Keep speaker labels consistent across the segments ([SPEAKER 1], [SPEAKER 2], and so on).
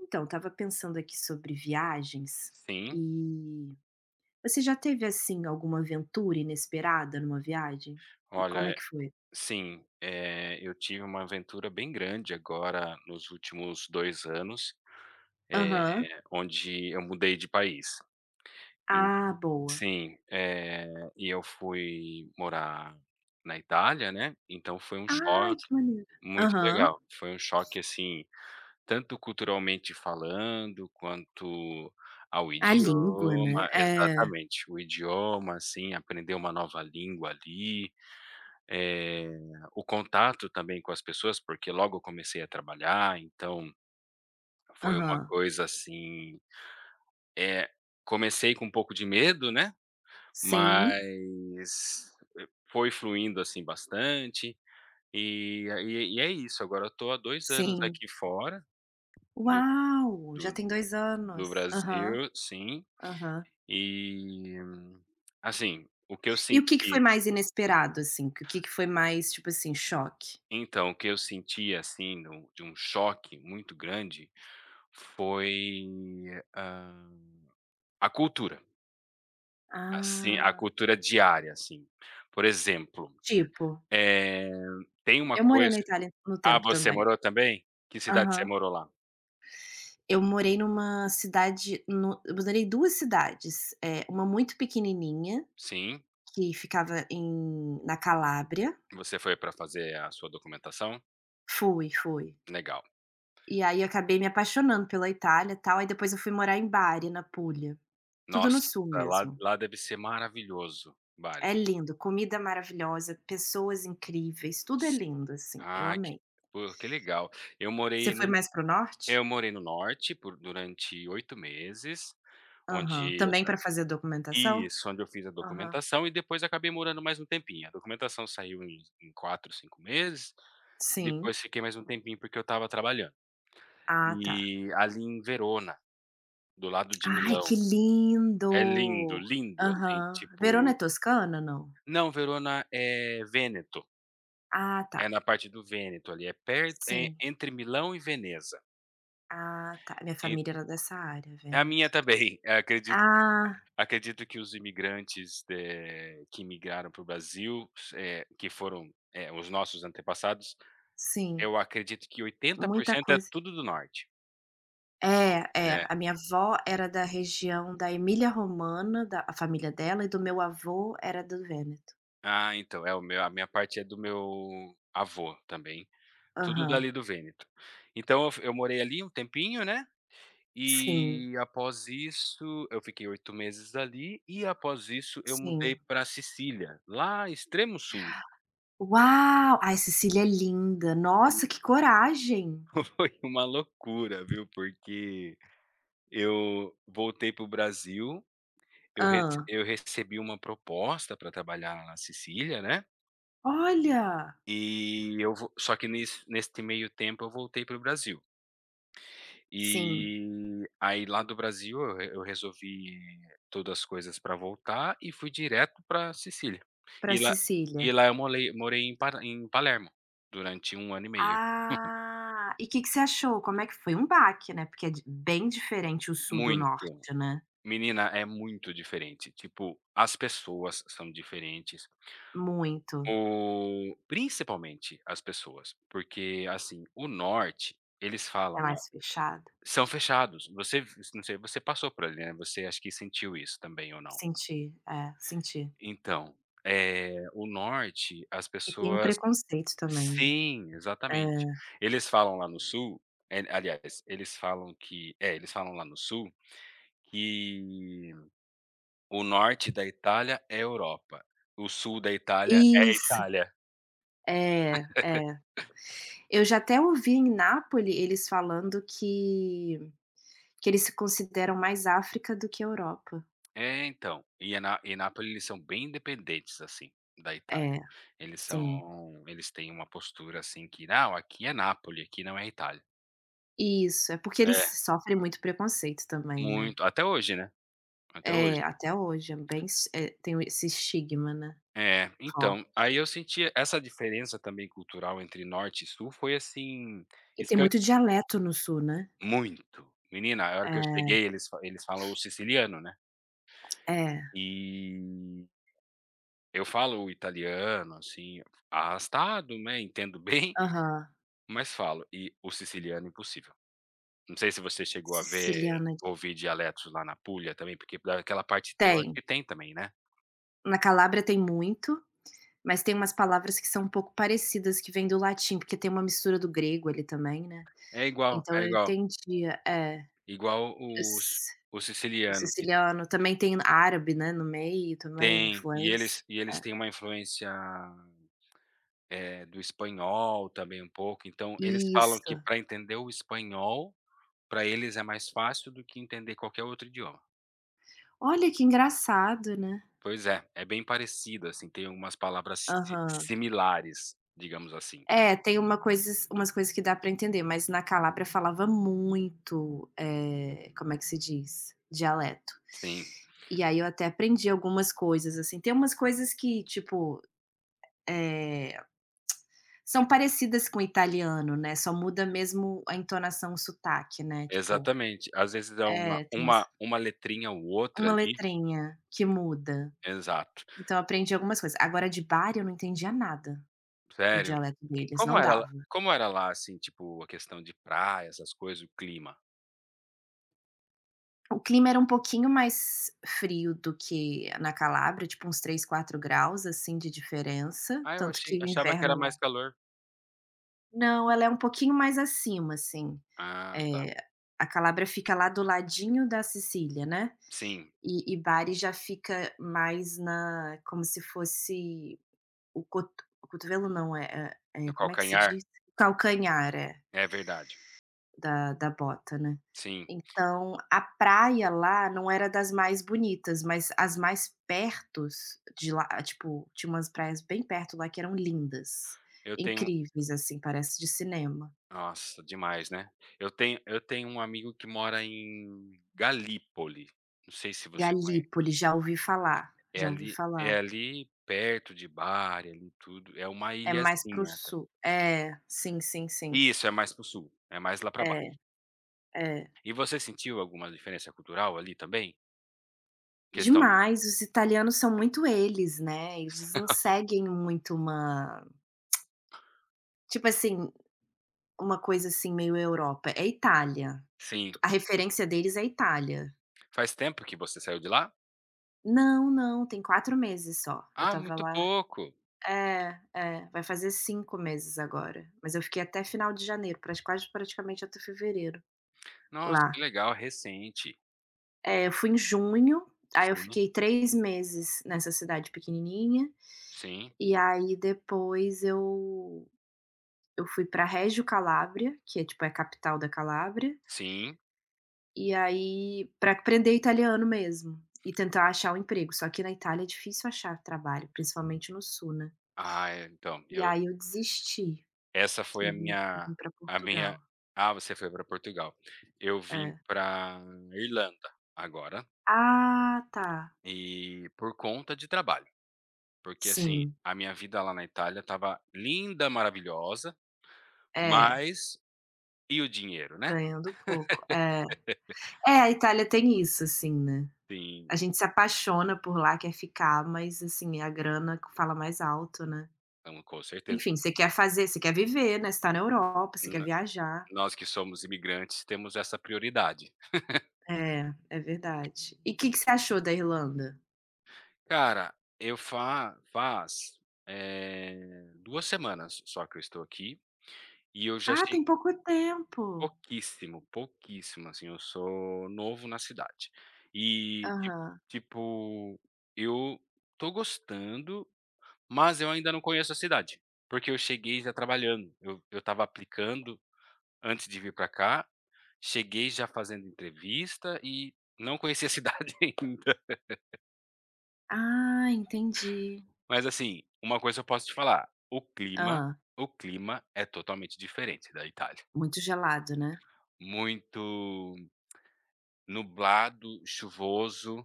[SPEAKER 1] Então, estava pensando aqui sobre viagens
[SPEAKER 2] Sim,
[SPEAKER 1] e você já teve assim alguma aventura inesperada numa viagem? E como
[SPEAKER 2] olha,
[SPEAKER 1] é que foi?
[SPEAKER 2] sim, eu tive uma aventura bem grande agora nos últimos 2 anos, eh,
[SPEAKER 1] Aham.
[SPEAKER 2] onde eu mudei de país. E
[SPEAKER 1] Ah, boa.
[SPEAKER 2] sim, e eu fui morar na Itália, né, então foi um
[SPEAKER 1] Ai, que
[SPEAKER 2] choque
[SPEAKER 1] maneiro.
[SPEAKER 2] muito
[SPEAKER 1] Aham.
[SPEAKER 2] legal. Foi um choque, assim, tanto culturalmente falando, quanto ao
[SPEAKER 1] A língua, né?
[SPEAKER 2] idioma
[SPEAKER 1] É.
[SPEAKER 2] exatamente, o idioma, assim, aprender uma nova língua ali. Eh, o contato também com as pessoas, porque logo eu comecei a trabalhar, então foi uma
[SPEAKER 1] Aham.
[SPEAKER 2] coisa assim, eh, comecei com um pouco de medo, né,
[SPEAKER 1] Sim,
[SPEAKER 2] mas foi fluindo, assim, bastante, e é isso, agora eu tô há 2 anos
[SPEAKER 1] sim.
[SPEAKER 2] aqui fora do
[SPEAKER 1] Uau! Já
[SPEAKER 2] do
[SPEAKER 1] tem 2
[SPEAKER 2] do
[SPEAKER 1] anos. Aham,
[SPEAKER 2] Brasil, sim,
[SPEAKER 1] aham.
[SPEAKER 2] e, assim, o que eu
[SPEAKER 1] E o que que foi
[SPEAKER 2] senti
[SPEAKER 1] mais inesperado, assim? O que que foi mais, tipo assim, choque?
[SPEAKER 2] então, o que eu senti, assim, de um choque muito grande foi, hã, a cultura, assim, a
[SPEAKER 1] Ah,
[SPEAKER 2] cultura diária, assim. Por exemplo,
[SPEAKER 1] tipo,
[SPEAKER 2] eh, tem uma
[SPEAKER 1] eu morei
[SPEAKER 2] coisa.
[SPEAKER 1] na Itália no
[SPEAKER 2] Ah,
[SPEAKER 1] tempo
[SPEAKER 2] você
[SPEAKER 1] também.
[SPEAKER 2] morou também? Que cidade você
[SPEAKER 1] Aham.
[SPEAKER 2] morou lá?
[SPEAKER 1] Eu morei numa cidade no eu morei duas cidades, uma muito pequenininha,
[SPEAKER 2] Sim.
[SPEAKER 1] que ficava na Calábria.
[SPEAKER 2] Você foi para fazer a sua documentação?
[SPEAKER 1] Fui, fui.
[SPEAKER 2] Legal.
[SPEAKER 1] E aí eu acabei me apaixonando pela Itália, e tal, aí depois eu fui morar em Bari, na Puglia. Tudo
[SPEAKER 2] Nossa,
[SPEAKER 1] no sul
[SPEAKER 2] lá
[SPEAKER 1] mesmo.
[SPEAKER 2] lá deve ser maravilhoso,
[SPEAKER 1] É
[SPEAKER 2] Bari.
[SPEAKER 1] lindo, comida maravilhosa, pessoas incríveis, tudo é
[SPEAKER 2] S
[SPEAKER 1] lindo, assim, eu
[SPEAKER 2] ah, que
[SPEAKER 1] amei.
[SPEAKER 2] Pô, que legal. Eu
[SPEAKER 1] Você
[SPEAKER 2] morei
[SPEAKER 1] foi
[SPEAKER 2] no
[SPEAKER 1] mais pro
[SPEAKER 2] eu
[SPEAKER 1] norte?
[SPEAKER 2] morei no norte por durante 8 meses,
[SPEAKER 1] Aham.
[SPEAKER 2] onde
[SPEAKER 1] Também para fazer documentação?
[SPEAKER 2] isso, onde eu fiz a
[SPEAKER 1] Aham.
[SPEAKER 2] documentação e depois acabei morando mais um tempinho. A documentação saiu em 4, 5 meses, e
[SPEAKER 1] Sim.
[SPEAKER 2] depois fiquei mais um tempinho, porque eu estava trabalhando.
[SPEAKER 1] Ah, tá.
[SPEAKER 2] E ali em Verona, do lado de
[SPEAKER 1] Ai, que
[SPEAKER 2] Milão. É lindo,
[SPEAKER 1] lindo!
[SPEAKER 2] lindo, assim,
[SPEAKER 1] Aham. Verona é
[SPEAKER 2] tipo.
[SPEAKER 1] toscana, não?
[SPEAKER 2] Não, Verona é Vêneto,
[SPEAKER 1] Ah, tá.
[SPEAKER 2] é na parte do Vêneto ali, é perto é
[SPEAKER 1] Sim.
[SPEAKER 2] entre Milão e Veneza.
[SPEAKER 1] Ah, tá. Minha
[SPEAKER 2] En
[SPEAKER 1] família era dessa área,
[SPEAKER 2] é a minha
[SPEAKER 1] Vêneto.
[SPEAKER 2] também, acredito
[SPEAKER 1] Ah,
[SPEAKER 2] acredito que os imigrantes, que migraram para o Brasil, que foram, os nossos antepassados.
[SPEAKER 1] sim.
[SPEAKER 2] Eu acredito que oitenta por
[SPEAKER 1] Muita
[SPEAKER 2] cento é
[SPEAKER 1] coisa.
[SPEAKER 2] tudo do norte.
[SPEAKER 1] É, é.
[SPEAKER 2] É.
[SPEAKER 1] A minha avó era da região da Emília-Romana, da a família dela, e do meu avô era do Vêneto.
[SPEAKER 2] Ah, então, é o meu a minha parte é do meu avô também, tudo
[SPEAKER 1] Aham.
[SPEAKER 2] dali do Vêneto. Então eu morei ali um tempinho, né,
[SPEAKER 1] Sim,
[SPEAKER 2] e após isso eu fiquei 8 meses ali, e após isso eu mudei
[SPEAKER 1] sim.
[SPEAKER 2] para Sicília, lá extremo sul.
[SPEAKER 1] Uau! Ai, Sicília é linda. Nossa, que coragem.
[SPEAKER 2] foi uma loucura, viu, porque eu voltei para o Brasil,
[SPEAKER 1] Ah.
[SPEAKER 2] eu recebi uma proposta para trabalhar na Sicília, né.
[SPEAKER 1] Olha!
[SPEAKER 2] E eu vo Só que nesse neste meio tempo eu voltei para o Brasil.
[SPEAKER 1] Sim.
[SPEAKER 2] E aí lá do Brasil eu resolvi todas as coisas para voltar e fui direto para Sicília.
[SPEAKER 1] Para
[SPEAKER 2] E lá
[SPEAKER 1] Sicília.
[SPEAKER 2] e lá eu morei em Par em Palermo durante 1 ano e meio.
[SPEAKER 1] Ah, e que você achou? Como é que foi? Um baque, né, porque é di bem diferente o sul do
[SPEAKER 2] Muito.
[SPEAKER 1] norte, né.
[SPEAKER 2] Menina, é muito diferente, tipo, as pessoas são diferentes.
[SPEAKER 1] Muito.
[SPEAKER 2] O Principalmente as pessoas, porque, assim, o norte, eles
[SPEAKER 1] É
[SPEAKER 2] falam.
[SPEAKER 1] mais fechado.
[SPEAKER 2] São fechados. Você Não sei, você passou por ali, né, você acho que sentiu isso também ou não?
[SPEAKER 1] Senti, é, senti.
[SPEAKER 2] Então, o norte, as
[SPEAKER 1] E tem um
[SPEAKER 2] pessoas.
[SPEAKER 1] preconceito também, né.
[SPEAKER 2] Sim,
[SPEAKER 1] É.
[SPEAKER 2] exatamente. Eles falam lá no sul, aliás, eles falam lá no sul que o norte da Itália é Europa, o sul da
[SPEAKER 1] Isso.
[SPEAKER 2] Itália.
[SPEAKER 1] É, é. Eu já até ouvi em Nápole eles falando que eles se consideram mais África do que Europa.
[SPEAKER 2] É, então, e a Na e Nápoles eles são bem independentes, assim, da Itália.
[SPEAKER 1] É,
[SPEAKER 2] Eles são
[SPEAKER 1] sim.
[SPEAKER 2] Eles têm uma postura, assim, que: "Não, aqui é Nápole, aqui não é Itália".
[SPEAKER 1] Isso, é porque
[SPEAKER 2] É,
[SPEAKER 1] eles sofrem muito preconceito também, né.
[SPEAKER 2] muito. Até hoje, né, até hoje.
[SPEAKER 1] É, até hoje é bem tem esse estigma, né,
[SPEAKER 2] É, então,
[SPEAKER 1] forte.
[SPEAKER 2] aí eu senti essa diferença também cultural entre norte e sul foi, assim,
[SPEAKER 1] E tem
[SPEAKER 2] escan
[SPEAKER 1] muito dialeto no sul, né.
[SPEAKER 2] muito. Menina, a hora que eu
[SPEAKER 1] É,
[SPEAKER 2] cheguei eles falam o siciliano, né,
[SPEAKER 1] é,
[SPEAKER 2] e eu falo o italiano, assim, arrastado, né, entendo bem,
[SPEAKER 1] aham.
[SPEAKER 2] mas falo. E o siciliano impossível. Não sei se você chegou a ver,
[SPEAKER 1] Siciliana
[SPEAKER 2] ouvir dialetos lá na Puglia também, porque daquela parte tem eu acho
[SPEAKER 1] tem.
[SPEAKER 2] que tem também, né.
[SPEAKER 1] Na Calábria tem muito, mas tem umas palavras que são um pouco parecidas que vêm do latim, porque tem uma mistura do grego ali também, né.
[SPEAKER 2] É igual,
[SPEAKER 1] Então
[SPEAKER 2] é
[SPEAKER 1] eu
[SPEAKER 2] igual.
[SPEAKER 1] entendia é,
[SPEAKER 2] Igual
[SPEAKER 1] eu
[SPEAKER 2] os
[SPEAKER 1] si
[SPEAKER 2] O
[SPEAKER 1] o
[SPEAKER 2] siciliano que
[SPEAKER 1] siciliano também tem árabe, né, no meio também,
[SPEAKER 2] tem,
[SPEAKER 1] influência.
[SPEAKER 2] e eles têm uma influência, do espanhol também um pouco, então eles falam
[SPEAKER 1] Isso.
[SPEAKER 2] que para entender o espanhol, para eles é mais fácil do que entender qualquer outro idioma.
[SPEAKER 1] Olha que engraçado, né.
[SPEAKER 2] Pois é, é bem parecido, assim, tem algumas palavras si si
[SPEAKER 1] Aham.
[SPEAKER 2] similares, digamos assim.
[SPEAKER 1] É, tem umas coisas que dá pra entender, mas na Calábria falava muito, como é que se diz? Dialeto.
[SPEAKER 2] Sim.
[SPEAKER 1] E aí eu até aprendi algumas coisas, assim, tem umas coisas que, tipo, eh, são parecidas com o italiano, né, só muda mesmo a entonação, o sotaque, né, tipo
[SPEAKER 2] Exatamente. Às vezes é uma
[SPEAKER 1] tem
[SPEAKER 2] uma uma letrinha ou outra
[SPEAKER 1] uma
[SPEAKER 2] ali.
[SPEAKER 1] letrinha que muda.
[SPEAKER 2] Exato.
[SPEAKER 1] Então eu aprendi algumas coisas. Agora de Bari eu não entendia nada, o
[SPEAKER 2] Sério.
[SPEAKER 1] dialeto deles, não dava.
[SPEAKER 2] Como era lá, assim, tipo, a questão de praia, essas coisas, o clima?
[SPEAKER 1] O clima era um pouquinho mais frio do que na Calábria, tipo uns 3, 4 graus, assim, de diferença,
[SPEAKER 2] Ah, eu
[SPEAKER 1] tanto
[SPEAKER 2] achei
[SPEAKER 1] que o
[SPEAKER 2] achava que era
[SPEAKER 1] inverno lá
[SPEAKER 2] mais calor.
[SPEAKER 1] não, ela é um pouquinho mais acima, assim,
[SPEAKER 2] Ah, tá.
[SPEAKER 1] eh, a Calábria fica lá do ladinho da Sicília, né,
[SPEAKER 2] Sim,
[SPEAKER 1] e Bari já fica mais na como se fosse o coto o cotovelo não,
[SPEAKER 2] no
[SPEAKER 1] como é que se
[SPEAKER 2] calcanhar.
[SPEAKER 1] diz? Calcanhar, é.
[SPEAKER 2] É verdade.
[SPEAKER 1] Da bota, né.
[SPEAKER 2] Sim.
[SPEAKER 1] Então, a praia lá não era das mais bonitas, mas as mais perto de lá tipo, tinha umas praias bem perto lá que eram lindas,
[SPEAKER 2] Eu tenho
[SPEAKER 1] incríveis, assim, parece de cinema.
[SPEAKER 2] Nossa, demais, né. Eu tenho um amigo que mora em Galípoli, não sei se você conhece.
[SPEAKER 1] Galípoli, já ouvi falar, já ouvi
[SPEAKER 2] É
[SPEAKER 1] falar.
[SPEAKER 2] ali perto de Bari, ali tudo. É uma
[SPEAKER 1] É mais para o
[SPEAKER 2] ilhazinha.
[SPEAKER 1] sul. É, sim, sim, sim.
[SPEAKER 2] Isso, é mais para o sul, é mais lá para
[SPEAKER 1] É,
[SPEAKER 2] baixo.
[SPEAKER 1] é.
[SPEAKER 2] E você sentiu alguma diferença cultural ali também? Questão de
[SPEAKER 1] Demais, os italianos são muito eles, né, eles não seguem muito uma tipo assim, uma coisa assim meio Europa, é Itália.
[SPEAKER 2] Sim.
[SPEAKER 1] A referência deles é Itália.
[SPEAKER 2] Faz tempo que você saiu de lá?
[SPEAKER 1] Não, não, tem 4 meses só. Eu
[SPEAKER 2] Ah,
[SPEAKER 1] estava
[SPEAKER 2] muito
[SPEAKER 1] lá
[SPEAKER 2] pouco.
[SPEAKER 1] vai fazer 5 meses agora, mas eu fiquei até final de janeiro, prati quase praticamente até fevereiro
[SPEAKER 2] Nossa, que
[SPEAKER 1] lá.
[SPEAKER 2] legal, recente.
[SPEAKER 1] É, eu fui em junho, aí eu
[SPEAKER 2] Sim,
[SPEAKER 1] fiquei 3 meses nessa cidade pequenininha,
[SPEAKER 2] sim,
[SPEAKER 1] e aí depois eu fui pra Reggio Calabria, que é tipo, é a capital da Calábria.
[SPEAKER 2] sim.
[SPEAKER 1] E aí para aprender italiano mesmo, e tentar achar um emprego, só que na Itália é difícil achar trabalho, principalmente no sul, né.
[SPEAKER 2] Ah, é, então,
[SPEAKER 1] E
[SPEAKER 2] eu
[SPEAKER 1] aí eu desisti
[SPEAKER 2] essa foi
[SPEAKER 1] e vim e vim pra
[SPEAKER 2] a
[SPEAKER 1] Portugal.
[SPEAKER 2] minha ah, você foi para Portugal. Eu vim
[SPEAKER 1] É.
[SPEAKER 2] para Irlanda agora,
[SPEAKER 1] Ah, tá.
[SPEAKER 2] e por conta de trabalho, porque, assim,
[SPEAKER 1] Sim,
[SPEAKER 2] a minha vida lá na Itália estava linda, maravilhosa,
[SPEAKER 1] é,
[SPEAKER 2] mas e o dinheiro, né.
[SPEAKER 1] ganhando pouco. É. É, a Itália tem isso, assim, né. A
[SPEAKER 2] Sim,
[SPEAKER 1] gente se apaixona por lá, quer ficar, mas, assim, a grana fala mais alto, né.
[SPEAKER 2] então com certeza.
[SPEAKER 1] Enfim, você quer viver, né, você tá na Europa, você quer
[SPEAKER 2] N
[SPEAKER 1] viajar.
[SPEAKER 2] Nós que somos imigrantes temos essa prioridade.
[SPEAKER 1] É, é verdade. E o que que você achou da Irlanda?
[SPEAKER 2] Cara, eu fa faz, eh, 2 semanas só que eu estou aqui, e eu já
[SPEAKER 1] Ah,
[SPEAKER 2] achei
[SPEAKER 1] tem pouco tempo.
[SPEAKER 2] pouquíssimo, pouquíssimo, assim, eu sou novo na cidade. E ti
[SPEAKER 1] Aham.
[SPEAKER 2] tipo, eu tô gostando, mas eu ainda não conheço a cidade, porque eu cheguei já trabalhando, eu tava aplicando. Antes de vir para cá, cheguei já fazendo entrevista e não conhecia a cidade ainda.
[SPEAKER 1] Ah, entendi.
[SPEAKER 2] Mas assim, uma coisa eu posso te falar,
[SPEAKER 1] Hã.
[SPEAKER 2] o clima é totalmente diferente da Itália.
[SPEAKER 1] Muito gelado, né?
[SPEAKER 2] Muito nublado, chuvoso,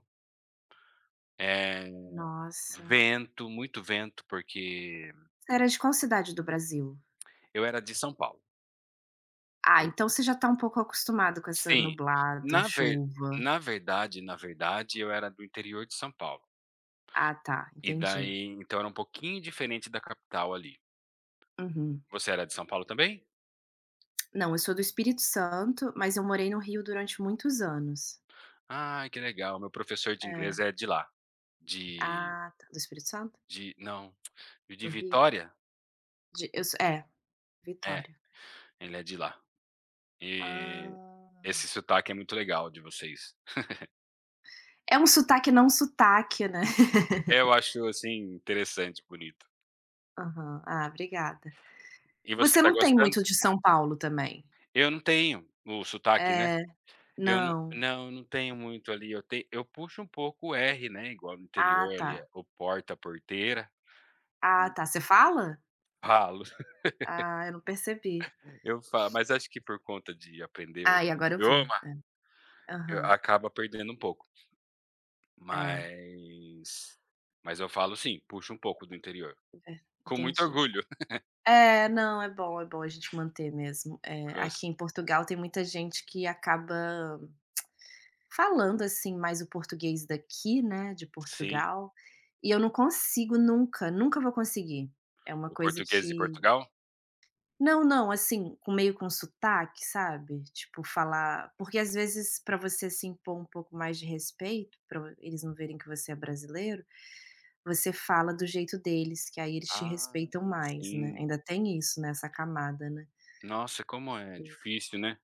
[SPEAKER 2] eh,
[SPEAKER 1] Nossa.
[SPEAKER 2] vento, muito vento, porque
[SPEAKER 1] Você era de qual cidade do Brasil?
[SPEAKER 2] eu era de São Paulo.
[SPEAKER 1] Ah, então você já tá um pouco acostumado com essa
[SPEAKER 2] Sim,
[SPEAKER 1] nublado,
[SPEAKER 2] na ver
[SPEAKER 1] chuva.
[SPEAKER 2] na verdade, eu era do interior de São Paulo,
[SPEAKER 1] Ah, tá,
[SPEAKER 2] e
[SPEAKER 1] entendi.
[SPEAKER 2] daí então era um pouquinho diferente da capital ali.
[SPEAKER 1] Uhum.
[SPEAKER 2] Você era de São Paulo também?
[SPEAKER 1] Não, eu sou do Espírito Santo, mas eu morei no Rio durante muitos anos.
[SPEAKER 2] Ah, que legal. Meu professor de inglês
[SPEAKER 1] É.
[SPEAKER 2] é de lá, de
[SPEAKER 1] Ah, tá. Do Espírito Santo?
[SPEAKER 2] de não, de
[SPEAKER 1] Do Rio?
[SPEAKER 2] Vitória?
[SPEAKER 1] De eu sou é,
[SPEAKER 2] É,
[SPEAKER 1] Vitória.
[SPEAKER 2] ele é de lá. E
[SPEAKER 1] Ah.
[SPEAKER 2] esse sotaque é muito legal de vocês.
[SPEAKER 1] É um sotaque não sotaque, né.
[SPEAKER 2] Eu acho, assim, interessante, bonito.
[SPEAKER 1] Aham. Ah, obrigada.
[SPEAKER 2] E você
[SPEAKER 1] Você
[SPEAKER 2] está
[SPEAKER 1] não tem
[SPEAKER 2] gostando?
[SPEAKER 1] muito de São Paulo também?
[SPEAKER 2] Eu não tenho o sotaque, né.
[SPEAKER 1] É.
[SPEAKER 2] Eu não,
[SPEAKER 1] Não.
[SPEAKER 2] não, não tenho muito ali, eu puxo um pouco o R, né, igual no
[SPEAKER 1] Ah,
[SPEAKER 2] interior
[SPEAKER 1] tá.
[SPEAKER 2] ali, o porta, porteira.
[SPEAKER 1] Ah,
[SPEAKER 2] Hum,
[SPEAKER 1] tá. Você fala?
[SPEAKER 2] falo,
[SPEAKER 1] Ah, eu não percebi.
[SPEAKER 2] eu falo, mas acho que por conta de aprender
[SPEAKER 1] Ah,
[SPEAKER 2] outro
[SPEAKER 1] e agora eu vi.
[SPEAKER 2] idioma,
[SPEAKER 1] É.
[SPEAKER 2] eu
[SPEAKER 1] Aham.
[SPEAKER 2] acaba perdendo um pouco.
[SPEAKER 1] É,
[SPEAKER 2] Mas mas eu falo sim, puxo um pouco do interior.
[SPEAKER 1] é.
[SPEAKER 2] Com muito
[SPEAKER 1] Entendi.
[SPEAKER 2] orgulho.
[SPEAKER 1] É, não, é bom a gente manter mesmo.
[SPEAKER 2] Cans
[SPEAKER 1] Aqui em Portugal tem muita gente que acaba falando, assim, mais o português daqui, né, de
[SPEAKER 2] Sim.
[SPEAKER 1] Portugal, e eu não consigo nunca, nunca vou conseguir. É uma
[SPEAKER 2] O
[SPEAKER 1] coisa
[SPEAKER 2] português de
[SPEAKER 1] que
[SPEAKER 2] Portugal?
[SPEAKER 1] não, não, assim, com meio com sotaque, sabe, tipo falar porque às vezes para você se impor um pouco mais de respeito, para eles não verem que você é brasileiro, você fala do jeito deles, que aí eles te
[SPEAKER 2] Ah,
[SPEAKER 1] respeitam mais, né,
[SPEAKER 2] sim.
[SPEAKER 1] ainda tem isso, nessa camada, né.
[SPEAKER 2] Nossa, como é difícil, né.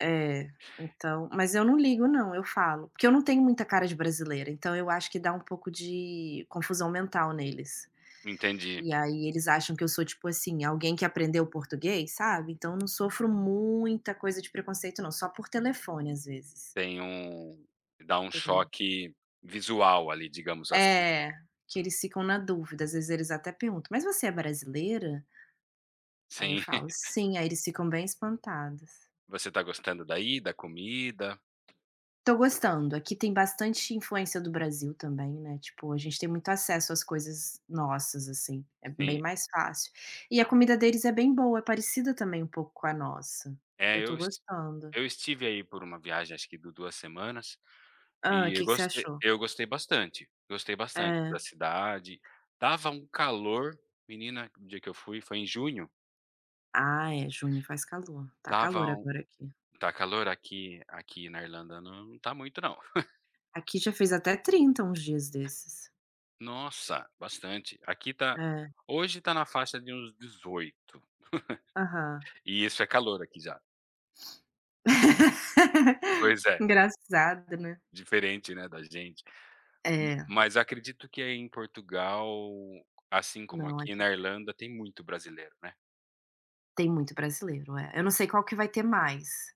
[SPEAKER 1] É, então mas eu não ligo não, eu falo, porque eu não tenho muita cara de brasileira, então eu acho que dá um pouco de confusão mental neles.
[SPEAKER 2] Entendi.
[SPEAKER 1] E aí eles acham que eu sou, tipo assim, alguém que aprendeu português, sabe, então eu não sofro muita coisa de preconceito não, só por telefone às vezes.
[SPEAKER 2] Tem um Dá um
[SPEAKER 1] Tem um
[SPEAKER 2] choque visual ali, digamos assim.
[SPEAKER 1] É que eles ficam na dúvida, às vezes eles até perguntam: "Mas você é brasileira?" Aí eu
[SPEAKER 2] Sim.
[SPEAKER 1] falo: "Sim", aí eles ficam bem espantados.
[SPEAKER 2] Você tá gostando daí, da comida?
[SPEAKER 1] Tô gostando. Aqui tem bastante influência do Brasil também, né, tipo, a gente tem muito acesso às coisas nossas, assim, é bem
[SPEAKER 2] Sim.
[SPEAKER 1] mais fácil. E a comida deles é bem boa, é parecida também um pouco com a nossa.
[SPEAKER 2] É,
[SPEAKER 1] Eu tô gostando.
[SPEAKER 2] eu estive aí por uma viagem, acho que de 2 semanas.
[SPEAKER 1] Hã,
[SPEAKER 2] E eu
[SPEAKER 1] que você
[SPEAKER 2] gostei
[SPEAKER 1] achou?
[SPEAKER 2] eu gostei bastante, gostei bastante
[SPEAKER 1] É.
[SPEAKER 2] da cidade. Estava um calor, menina, o dia que eu fui foi em junho.
[SPEAKER 1] Ah, é, junho faz calor. Tá
[SPEAKER 2] Estava
[SPEAKER 1] calor
[SPEAKER 2] um
[SPEAKER 1] agora aqui.
[SPEAKER 2] Tá calor aqui na Irlanda, não tá muito não.
[SPEAKER 1] Aqui já fez até 30 uns dias desses.
[SPEAKER 2] Nossa, bastante. Aqui tá
[SPEAKER 1] É.
[SPEAKER 2] Hoje tá na faixa de uns 18,
[SPEAKER 1] Aham.
[SPEAKER 2] e isso é calor aqui já. Pois é,
[SPEAKER 1] Engraçado, né.
[SPEAKER 2] diferente, né, da gente. M
[SPEAKER 1] É.
[SPEAKER 2] mas acredito que aí em Portugal, assim como
[SPEAKER 1] Não,
[SPEAKER 2] aqui
[SPEAKER 1] aqui
[SPEAKER 2] na Irlanda, tem muito brasileiro, né.
[SPEAKER 1] tem muito brasileiro, é. Eu não sei qual que vai ter mais.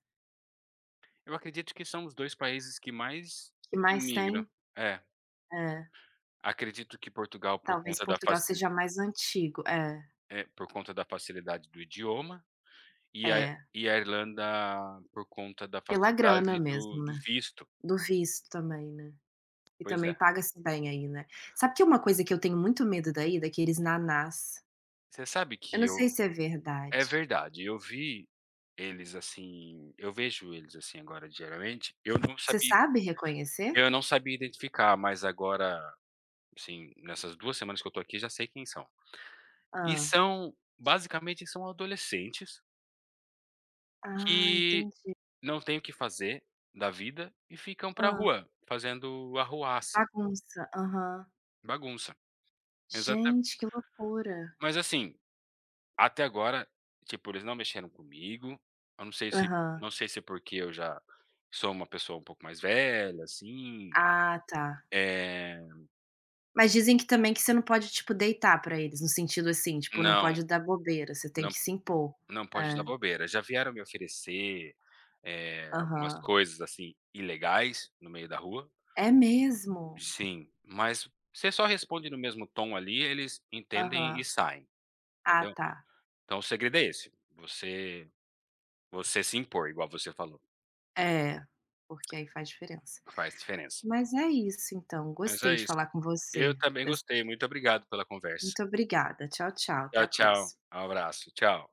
[SPEAKER 2] Eu acredito que são os 2 países que mais
[SPEAKER 1] Que mais
[SPEAKER 2] imigram.
[SPEAKER 1] tem?
[SPEAKER 2] É,
[SPEAKER 1] É,
[SPEAKER 2] acredito que Portugal
[SPEAKER 1] talvez Portugal seja mais antigo. É,
[SPEAKER 2] por conta da facilidade do idioma, e a
[SPEAKER 1] é,
[SPEAKER 2] e a Irlanda por conta da
[SPEAKER 1] pela grana
[SPEAKER 2] facilidade do
[SPEAKER 1] mesmo,
[SPEAKER 2] do
[SPEAKER 1] né,
[SPEAKER 2] visto.
[SPEAKER 1] do visto também, né, e
[SPEAKER 2] Pois é.
[SPEAKER 1] também paga-se bem aí, né. Sabe que é uma coisa que eu tenho muito medo daí, daqueles "nanás",
[SPEAKER 2] Você sabe
[SPEAKER 1] eu
[SPEAKER 2] que
[SPEAKER 1] não
[SPEAKER 2] eu
[SPEAKER 1] sei se é
[SPEAKER 2] É
[SPEAKER 1] verdade.
[SPEAKER 2] verdade, eu vejo eles, assim, agora diariamente,
[SPEAKER 1] Você sabe reconhecer?
[SPEAKER 2] eu não sabia identificar, mas agora, assim, nessas 2 semanas que eu tô aqui, já sei quem são.
[SPEAKER 1] Ah.
[SPEAKER 2] Basicamente são adolescentes
[SPEAKER 1] Ah,
[SPEAKER 2] que
[SPEAKER 1] entendi.
[SPEAKER 2] não tem o que fazer da vida e ficam pra
[SPEAKER 1] Ah.
[SPEAKER 2] rua, fazendo arruaça,
[SPEAKER 1] Bagunça. Aham.
[SPEAKER 2] bagunça. Exata
[SPEAKER 1] Gente, que loucura.
[SPEAKER 2] Mas assim, até agora, tipo, eles não mexeram comigo, eu não sei se
[SPEAKER 1] Aham.
[SPEAKER 2] é porque eu já sou uma pessoa um pouco mais velha, assim,
[SPEAKER 1] Ah, tá.
[SPEAKER 2] eh,
[SPEAKER 1] Mas dizem que também que você não pode, tipo, deitar pra eles, no sentido assim, tipo, não
[SPEAKER 2] não,
[SPEAKER 1] pode dar bobeira, você tem
[SPEAKER 2] não
[SPEAKER 1] que se impor.
[SPEAKER 2] não pode dar
[SPEAKER 1] É.
[SPEAKER 2] bobeira. Já vieram me oferecer, algumas
[SPEAKER 1] Aham.
[SPEAKER 2] coisas, assim, ilegais no meio da rua.
[SPEAKER 1] É mesmo?
[SPEAKER 2] Sim, mas você só responde no mesmo tom ali, eles entendem e
[SPEAKER 1] Aham.
[SPEAKER 2] saem.
[SPEAKER 1] Ah,
[SPEAKER 2] Entendeu?
[SPEAKER 1] tá.
[SPEAKER 2] Então o segredo é esse, você se impor, igual você falou,
[SPEAKER 1] É, porque aí faz diferença.
[SPEAKER 2] faz diferença.
[SPEAKER 1] Mas é isso então,
[SPEAKER 2] Mas
[SPEAKER 1] gostei
[SPEAKER 2] é
[SPEAKER 1] de
[SPEAKER 2] isso.
[SPEAKER 1] falar com
[SPEAKER 2] Eu
[SPEAKER 1] você,
[SPEAKER 2] também
[SPEAKER 1] des
[SPEAKER 2] gostei, muito obrigado pela conversa.
[SPEAKER 1] muito obrigada. Tchau, tchau, até
[SPEAKER 2] Tchau,
[SPEAKER 1] a
[SPEAKER 2] tchau,
[SPEAKER 1] próxima.
[SPEAKER 2] um abraço, tchau.